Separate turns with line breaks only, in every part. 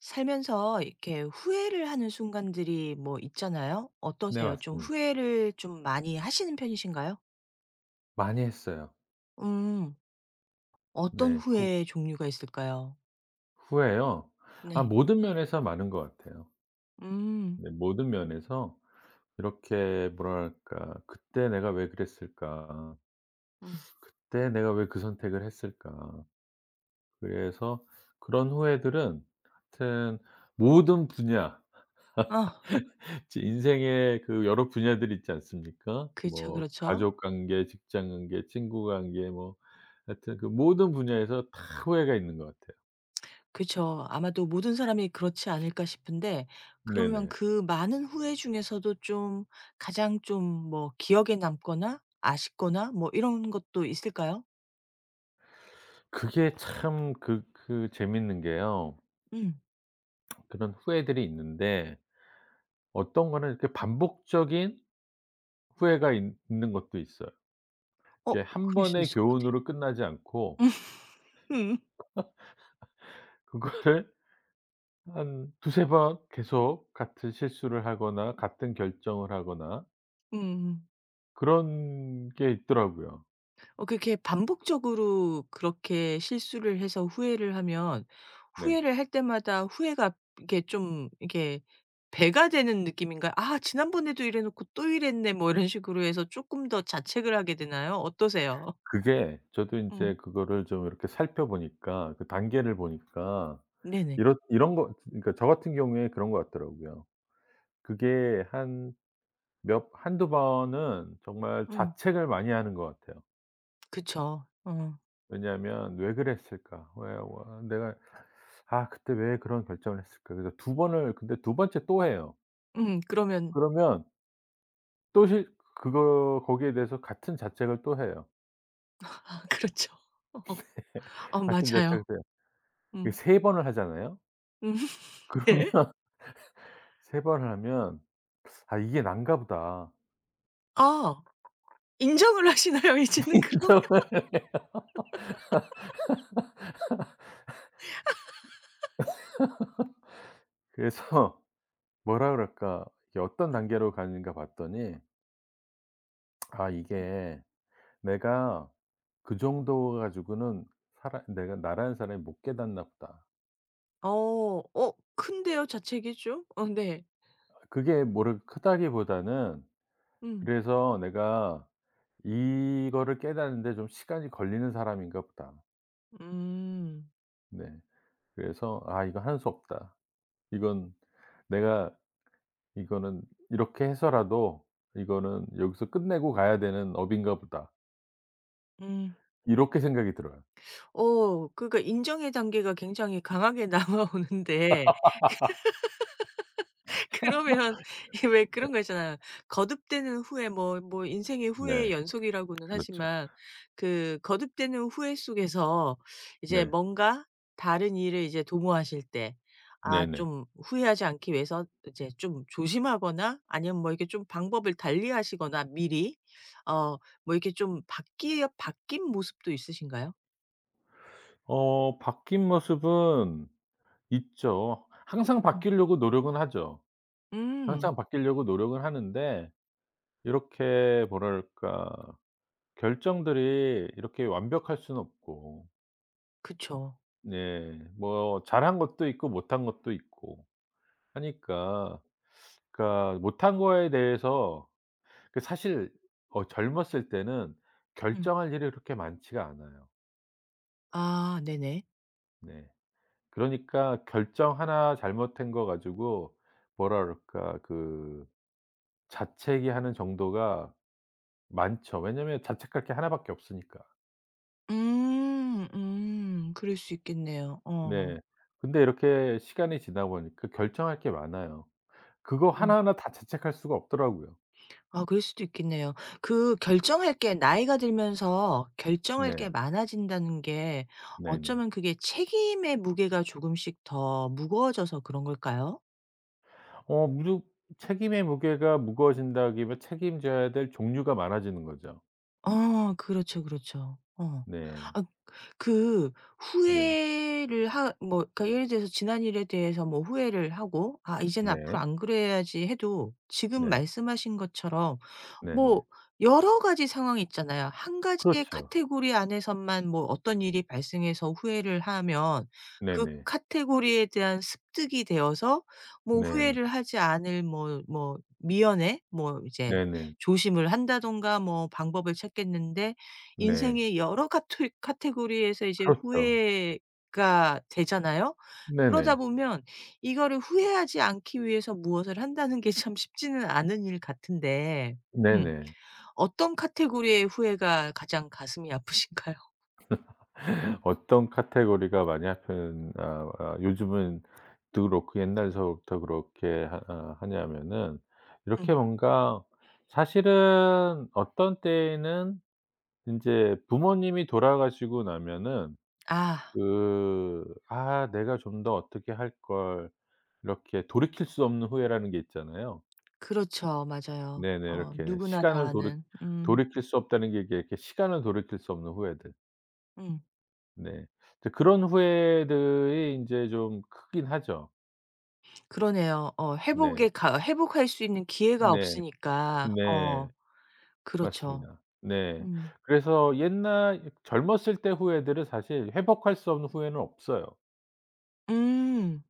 살면서 이렇게 후회를 하는 순간들이 뭐 있잖아요.
네,
어떠세요? 좀
맞습니다.
후회를 좀 많이 하시는 편이신가요?
많이 했어요.
음. 어떤
네. 후
후회의 종류가 있을까요?
후에요. 아,
네.
모든 면에서 많은 것 같아요.
음.
네, 모든 면에서 이렇게 뭐랄까 '그때 내가 왜 그랬을까?
음.
그때 내가 왜 그 선택을 했을까?' 그래서 그런 후회들은 하여튼 모든 분야
아.
제 인생의 그 여러 분야들 있지 않습니까?
그렇죠,
뭐
그렇죠.
가족 관계, 직장 관계, 친구 관계, 뭐 하여튼 그 모든 분야에서 다 후회가 있는 것 같아요.
그렇죠, 아마도 모든 사람이 그렇지 않을까 싶은데 그러면
네네.
그 많은 후회 중에서도 좀 가장 좀 뭐 기억에 남거나 아쉽거나 뭐 이런 것도 있을까요?
그게 참 그 재밌는 게요.
음.
그런 후회들이 있는데 어떤 거는 이렇게 반복적인 후회가 있는 것도 있어요.
어,
이게 한
그럴 수
번의
있을 것
교훈으로 끝나지
같아요.
않고
음.
그거를 한 두세 번 계속 같은 실수를 하거나 같은 결정을 하거나
음.
그런 게 있더라고요.
어, 그렇게 반복적으로 그렇게 실수를 해서 후회를 하면
네.
후회를 할 때마다 후회가 이게 좀 이게 배가 되는 느낌인가요? '아 지난번에도 이래 놓고 또 이랬네.' 뭐 이런 식으로 해서 조금 더 자책을 하게 되나요? 어떠세요?
그게 저도
음.
인제 그거를 좀 이렇게 살펴보니까 그 단계를 보니까
네네.
이런 거, 그러니까 저 같은 경우에 그런 것 같더라고요. 그게 한 몇 한두 번은 정말
음.
자책을 많이 하는 것 같아요.
그쵸. 어.
왜냐하면 '왜 그랬을까? 왜 와 내가 아, 그때 왜 그런 결정을 했을까?' 그래서 두 번을, 근데 두 번째 또 해요.
그러면
그러면 또 실 그거 거기에 대해서 같은 자책을 또 해요.
아, 그렇죠. 어,
같은 자책을
맞아요.
해요. 그
음.
세 번을 하잖아요.
음 네.
그러면 세 번을 하면 '아, 이게 난가 보다.'
아, 인정을 하시나요 이제는 그 런
정말. 그래서 뭐라 그럴까? 이게 어떤 단계로 가는가 봤더니 아 이게, '내가 그 정도 가지고는 사람, 내가 나라는 사람이 못 깨닫나 보다.'
어. 어, 큰데요 자책이 좀? 어. 네.
그게 뭐를 크다기보다는
음.
그래서 '내가 이거를 깨닫는데 좀 시간이 걸리는 사람인가 보다.'
음.
네. 그래서 '아 이거 할 수 없다. 이건 내가, 이거는 이렇게 해서라도, 이거는 여기서 끝내고 가야 되는 업인가 보다.'
음.
이렇게 생각이 들어요.
어, 그러니까 인정의 단계가 굉장히 강하게 남아오는데 그러면 왜 그런 거 있잖아요. 거듭되는 후회 뭐 인생의
네.
후회의 연속이라고는
그렇죠.
하지만 그 거듭되는 후회 속에서 이제
네.
뭔가 다른 일을 이제 도모하실 때 아,
네네.
좀 후회하지 않기 위해서 이제 좀 조심하거나 아니면 뭐 이렇게 좀 방법을 달리하시거나 미리 어 뭐 이렇게 좀 바뀌어 바뀐 모습도 있으신가요?
바뀐 모습은 있죠. 항상
음.
바뀌려고 노력은 하죠.
음.
항상 바뀌려고 노력은 하는데, 이렇게 뭐랄까 결정들이 이렇게 완벽할 수는 없고
그쵸.
네, 뭐 잘한 것도 있고 못한 것도 있고 하니까. 그러니까 못한 거에 대해서 그, 사실 젊었을 때는
음.
결정할 일이 그렇게 많지가 않아요.
아, 네네.
네. 그러니까 결정 하나 잘못한 거 가지고 뭐라 그럴까, 그 자책이 하는 정도가 많죠. 왜냐면 자책할 게 하나밖에 없으니까.
음. 음. 그럴 수 있겠네요. 어.
네. 근데 이렇게 시간이 지나 보니까 결정할 게 많아요. 그거
음.
하나하나 다 자책할 수가 없더라고요.
아, 그럴 수도 있겠네요. 그 결정할 게 나이가 들면서 결정할 게
네.
많아진다는 게
네네.
어쩌면 그게 책임의 무게가 조금씩 더 무거워져서 그런 걸까요?
어 무조 책임의 무게가 무거워진다기보다 책임져야 될 종류가 많아지는 거죠.
어, 그렇죠, 그렇죠. 어.
네.
아, 그
네.
후회를 하 뭐, 그러니까 예를 들어서 지난 일에 대해서 뭐 후회를 하고 '아 이제는 앞으로
네.
안 그래야지.' 해도 지금
네.
말씀하신 것처럼
네네.
뭐 여러 가지 상황이 있잖아요. 한 가지의
그렇죠.
카테고리 안에서만 뭐 어떤 일이 발생해서 후회를 하면 그
네네.
카테고리에 대한 습득이 되어서 뭐
네.
후회를 하지 않을 뭐 미연에 뭐 이제
네네.
조심을 한다든가 뭐 방법을 찾겠는데
네.
인생의 여러 카토 카테고리에서 이제
그렇죠.
후회가 되잖아요. 그러다
네네.
보면 이거를 후회하지 않기 위해서 무엇을 한다는 게 참 쉽지는 않은 일 같은데 음
네네.
어떤 카테고리의 후회가 가장 가슴이 아프신가요?
어떤 카테고리가 많이 하편 아 아 요즘은 또 그렇고, 옛날서부터 그렇게 하 아 하냐면은 이렇게
음.
뭔가, 사실은 어떤 때에는 인제 부모님이 돌아가시고 나면은
아,
그 '아, 내가 좀 더 어떻게 할 걸.' 이렇게 돌이킬 수 없는 후회라는 게 있잖아요.
그렇죠. 맞아요.
네네.
어,
이렇게
누구나 다
시간을
아는. 음.
돌이킬 수 없다는 게, 이게 이렇게 시간을 돌이킬 수 없는 후회들.
음.
네. 이제 그런 후회들이 인제 좀 크긴 하죠.
그러네요. 어,
네.
회복에 가 회복할 수 있는 기회가
네.
없으니까.
네.
어. 그렇죠.
맞습니다. 네.
음.
그래서 옛날 젊었을 때 후회들은 사실 회복할 수 없는 후회는 없어요.
음.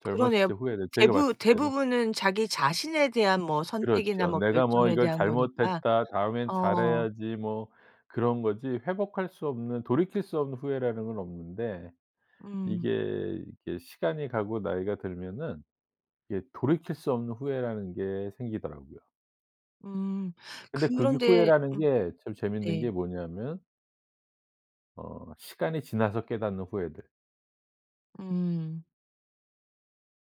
젊었을
그러네요.
때 후회는 제가
대부
봤을 때는.
대부분은 자기 자신에 대한 뭐 선택이나
그렇죠.
뭐
'내가 뭐
결정에
이걸
대한 거니까.
잘못했다. 다음엔
어.
잘해야지.' 뭐 그런 거지 회복할 수 없는, 돌이킬 수 없는 후회라는 건 없는데,
음.
이게 이게 시간이 가고 나이가 들면은 이게 돌이킬 수 없는 후회라는 게 생기더라고요.
음.
근데 그게
그런데
후회라는 게 참 재밌는 게
네.
뭐냐면, 시간이 지나서 깨닫는 후회들.
음.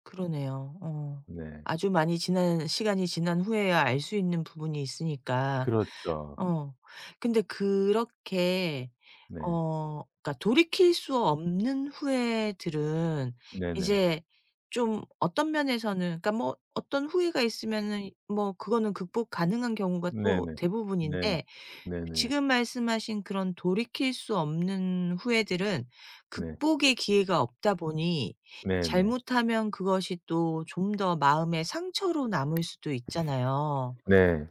그러네요. 어.
네.
아주 많이 지난 시간이 지난 후에야 알 수 있는 부분이 있으니까
그렇죠.
어. 근데 그렇게
네.
그러니까 돌이킬 수 없는 후회들은
네네.
이제 좀 어떤 면에서는 그러니까 뭐 어떤 후회가 있으면은 뭐 그거는 극복 가능한 경우가 또
네네. 네.
대부분인데
네네.
지금 말씀하신 그런 돌이킬 수 없는 후회들은
네.
극복의 기회가 없다 보니
네네.
잘못하면 그것이 또 좀 더 마음의 상처로 남을 수도 있잖아요.
네.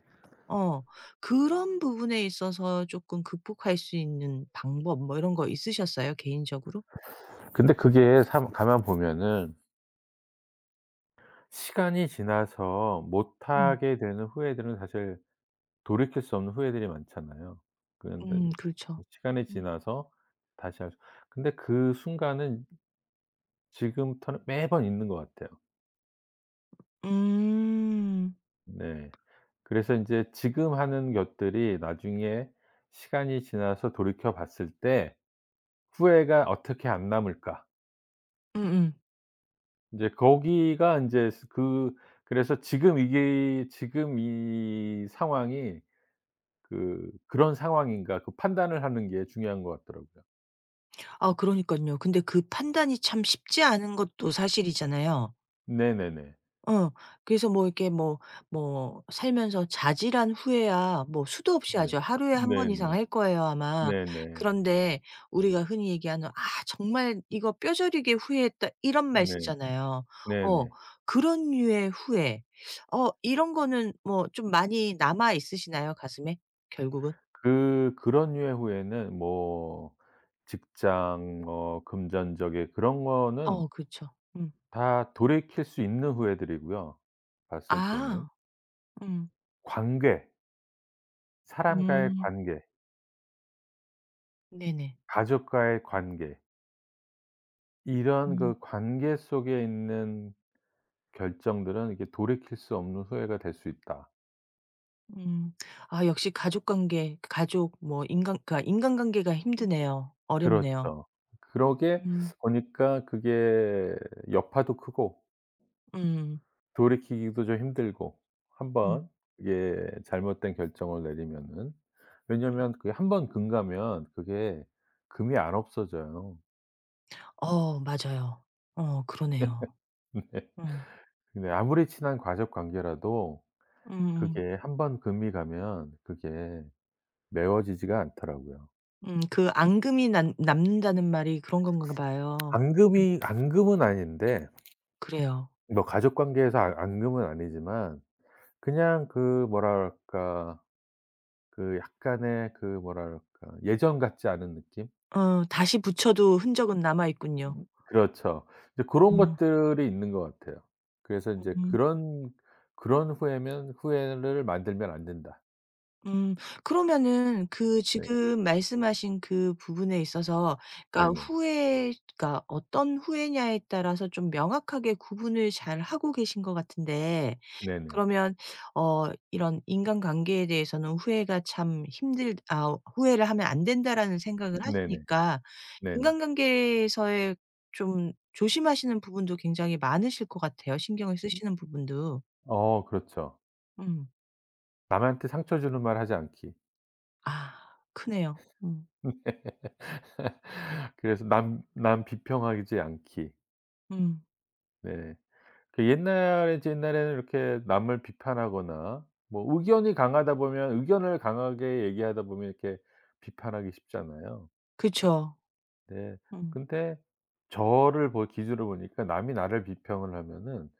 어. 그런 부분에 있어서 조금 극복할 수 있는 방법 뭐 이런 거 있으셨어요 개인적으로?
근데 그게 참 가만 보면은 시간이 지나서
음.
못하게 되는 후회들은 사실 돌이킬 수 없는 후회들이 많잖아요. 그런데 이제
그렇죠.
시간이
음.
지나서 다시 할 수, 근데 그 순간은 지금부터는 매번 있는 것 같아요.
음.
네. 그래서 인제 지금 하는 것들이 나중에 시간이 지나서 돌이켜 봤을 때 '후회가 어떻게 안 남을까?'
음음.
인제 거기가 인제 스 그 그래서 지금 이게, 지금 이 상황이 그 '그런 상황인가?' 그 판단을 하는 게 중요한 것 같더라고요.
아, 그러니까요 근데 그 판단이 참 쉽지 않은 것도 사실이잖아요.
네네네.
어. 그래서 뭐 이렇게 뭐 살면서 자질한 후회야 뭐 수도 없이
네.
하죠. 하루에 한 번 이상
네네.
할 거예요 아마.
네네.
그런데 우리가 흔히 얘기하는 '아 정말 이거 뼈저리게 후회했다.' 이런 말
네.
쓰잖아요. 어,
네네.
그런 류의 후회. 어, 이런 거는 뭐 좀 많이 남아 있으시나요 가슴에 결국은?
그런 류의 후회는 뭐 직장, 뭐 금전적인 그런 거는
어그죠 음.
다 돌이킬 수 있는 후회들이고요. 봤을
아.
때는
음.
관계, 사람과의
음.
관계,
네네.
가족과의 관계, 이런
음.
그 관계 속에 있는 결정들은, 이게 돌이킬 수 없는 후회가 될 수 있다.
음. 아, 역시 가족 관계, 가족 뭐 인간 그러니까 인간관계가 힘드네요. 어렵네요.
그렇죠. 그러게
음.
보니까 그게 여파도 크고
음.
돌이키기도 좀 힘들고, 한
음.
번 이게 잘못된 결정을 내리면은. 왜냐면 그게 한 번 금 가면 그게 금이 안 없어져요.
어, 맞아요. 어, 그러네요.
네.
어.
근데 아무리 친한 가족 관계라도
음음.
그게 한번 금이 가면 그게 메워지지가 않더라고요.
그 앙금이 남 남는다는 말이 그런 건가 봐요. 음
앙금이, 앙금은 아닌데
그래요.
뭐 가족 관계에서 앙 앙금은 아니지만 그냥 그, 뭐랄까 그 약간의 그, 뭐랄까 예전 같지 않은 느낌?
어, 다시 붙여도 흔적은 남아 있군요.
그렇죠. 이제 고런
음.
것들이 있는 것 같아요. 그래서 인제
음.
그런 '그런 후회면, 후회를 만들면 안 된다.'
음. 그러면은 그
네.
지금 말씀하신 그 부분에 있어서 그러니까
네네.
후회가 어떤 후회냐에 따라서 좀 명확하게 구분을 잘 하고 계신 것 같은데
네네.
그러면 이런 인간관계에 대해서는 후회가 참 힘들 아 후회를 하면 안 된다라는 생각을
네네.
하시니까
네네.
인간관계에서의 좀 조심하시는 부분도 굉장히 많으실 것 같아요 신경을 쓰시는 부분도.
어, 그렇죠.
음.
남한테 상처 주는 말 하지 않기.
아, 크네요. 음.
그래서 남 비평하지 않기.
음.
네. 그 옛날에 이제 옛날에는 이렇게 남을 비판하거나 뭐 의견이 강하다 보면, 의견을 강하게 얘기하다 보면 이렇게 비판하기 쉽잖아요.
그쵸.
네.
음.
근데 저를 보 기준으로 보니까 남이 나를 비평을 하면은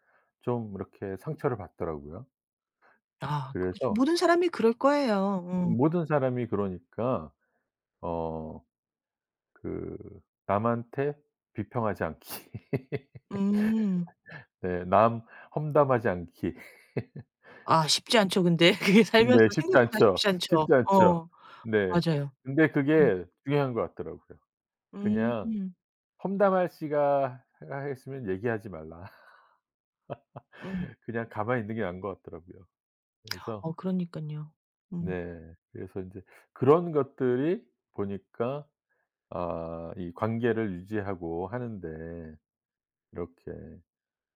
좀 이렇게 상처를 받더라고요.
아, 그렇죠.
그래서
모든 사람이 그럴 거예요. 어.
모든 사람이 그러니까 어 그 남한테 비평하지 않기.
음. 음.
네. 남 험담하지 않기.
아, 쉽지 않죠 근데. 그게 살면서
네. 쉽지
생각보다
않죠.
쉽지 않죠.
쉽지 않죠.
어,
네.
맞아요.
근데
음.
그게 중요한 것 같더라고요. 그냥
음.
험담할 씨가 하 했으면 얘기하지 말라.
음.
그냥 가만히 있는 게 나은 것 같더라고요. 그래서
어, 그러니깐요. 음.
네. 그래서 인제 그런 것들이 보니까 아, 이 관계를 유지하고 하는 데 이렇게,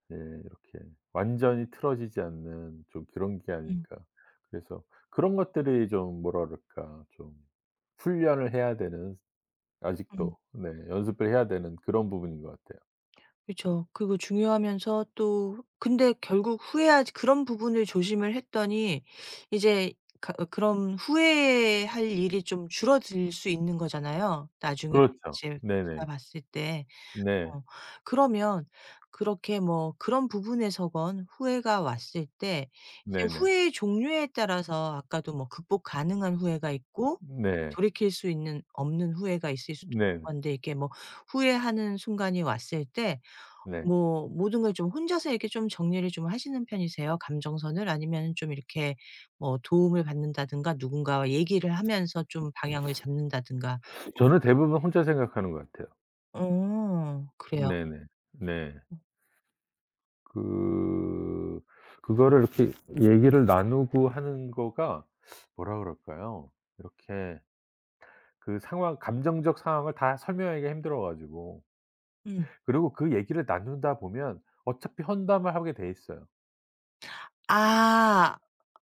네 이렇게 완전히 틀어지지 않는 좀 그런 게
음.
아닐까. 그래서 그런 것들이 좀 뭐라 그럴까, 좀 훈련을 해야 되는,
음.
아직도 네 연습을 해야 되는 그런 부분인 것 같아요.
그쵸. 그리고 중요하면서 또 근데 결국 후회하지 그런 부분을 조심을 했더니 이제 가 어 그런 후회할 일이 좀 줄어들 수 있는 거잖아요 나중에
그렇죠.
이제 지나
네네.
봤을 때.
네.
어, 그러면 그렇게 뭐 그런 부분에서건 후회가 왔을 때 이제
네네.
후회의 종류에 따라서 아까도 뭐 극복 가능한 후회가 있고
네.
돌이킬 수 있는 없는 후회가 있을 수도 있는
네네.
건데 이게 뭐 후회하는 순간이 왔을 때
네.
뭐 모든 걸 좀 혼자서 이렇게 좀 정리를 좀 하시는 편이세요? 감정선을? 아니면 좀 이렇게 뭐 도움을 받는다든가 누군가와 얘기를 하면서 좀 방향을 잡는다든가.
저는 대부분 혼자 생각하는 것 같아요.
어, 그래요.
네네. 네. 그 그거를 이렇게 얘기를 나누고 하는 거가 뭐라 그럴까요? 이렇게 그 상황, 감정적 상황을 다 설명하기가 힘들어 가지고.
음.
그리고 그 얘기를 나누다 보면 어차피 험담을 하게 돼 있어요.
아.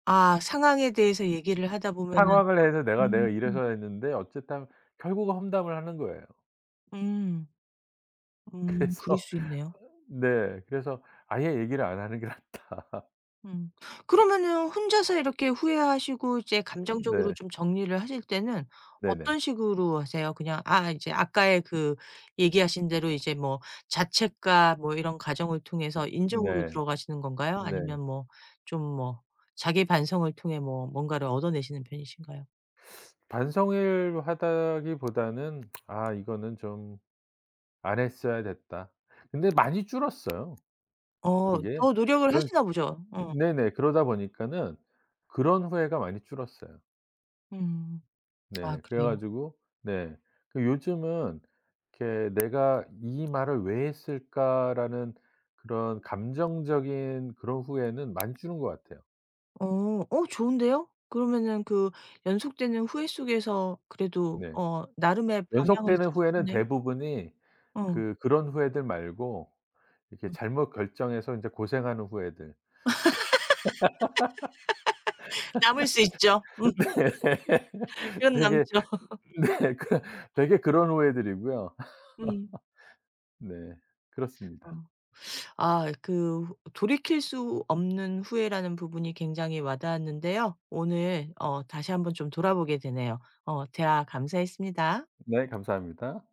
아, 상황에 대해서 얘기를 하다 보면은
상황을 해서 내가
음.
이래서 했는데 어쨌든 결국은 험담을 하는 거예요.
음. 그럴
그래서
수 있네요.
네, 그래서 아예 얘기를 안 하는 게 낫다.
음. 그러면은 혼자서 이렇게 후회하시고 이제 감정적으로
네.
좀 정리를 하실 때는
네네.
어떤 식으로 하세요? 그냥 아 이제 아까의 그 얘기하신 대로 이제 뭐 자책과 뭐 이런 과정을 통해서 인정으로
네.
들어가시는 건가요?
네.
아니면 뭐 좀 뭐 자기 반성을 통해 뭐 뭔가를 얻어내시는 편이신가요?
반성을 하다기보다는 '아 이거는 좀 안 했어야 됐다.' 근데 많이 줄었어요
어,
그게.
더 노력을
그런
하시나 보죠. 어.
네네. 그러다 보니까는 그런 후회가 많이 줄었어요.
음. 아,
네. 그래
그래요?
가지고 네. 그 요즘은 이렇게 '내가 이 말을 왜 했을까.'라는 그런 감정적인 그런 후회는 많이 줄은 것 같아요.
어. 어, 좋은데요? 그러면은 그 연속되는 후회 속에서 그래도
네.
나름의 방향을
연속되는 후회는
찾으셨네요.
대부분이
어.
그 그런 후회들 말고 이렇게
어.
잘못 결정해서 인제 고생하는 후회들.
남을 수 있죠.
네.
그건
되게
남죠.
네. 그 되게 그런 후회들이고요.
음.
네.
어.
그렇습니다.
아, 그 돌이킬 수 없는 후회라는 부분이 굉장히 와닿았는데요. 오늘 다시 한번 좀 돌아보게 되네요. 어, 대화 감사했습니다.
네. 감사합니다.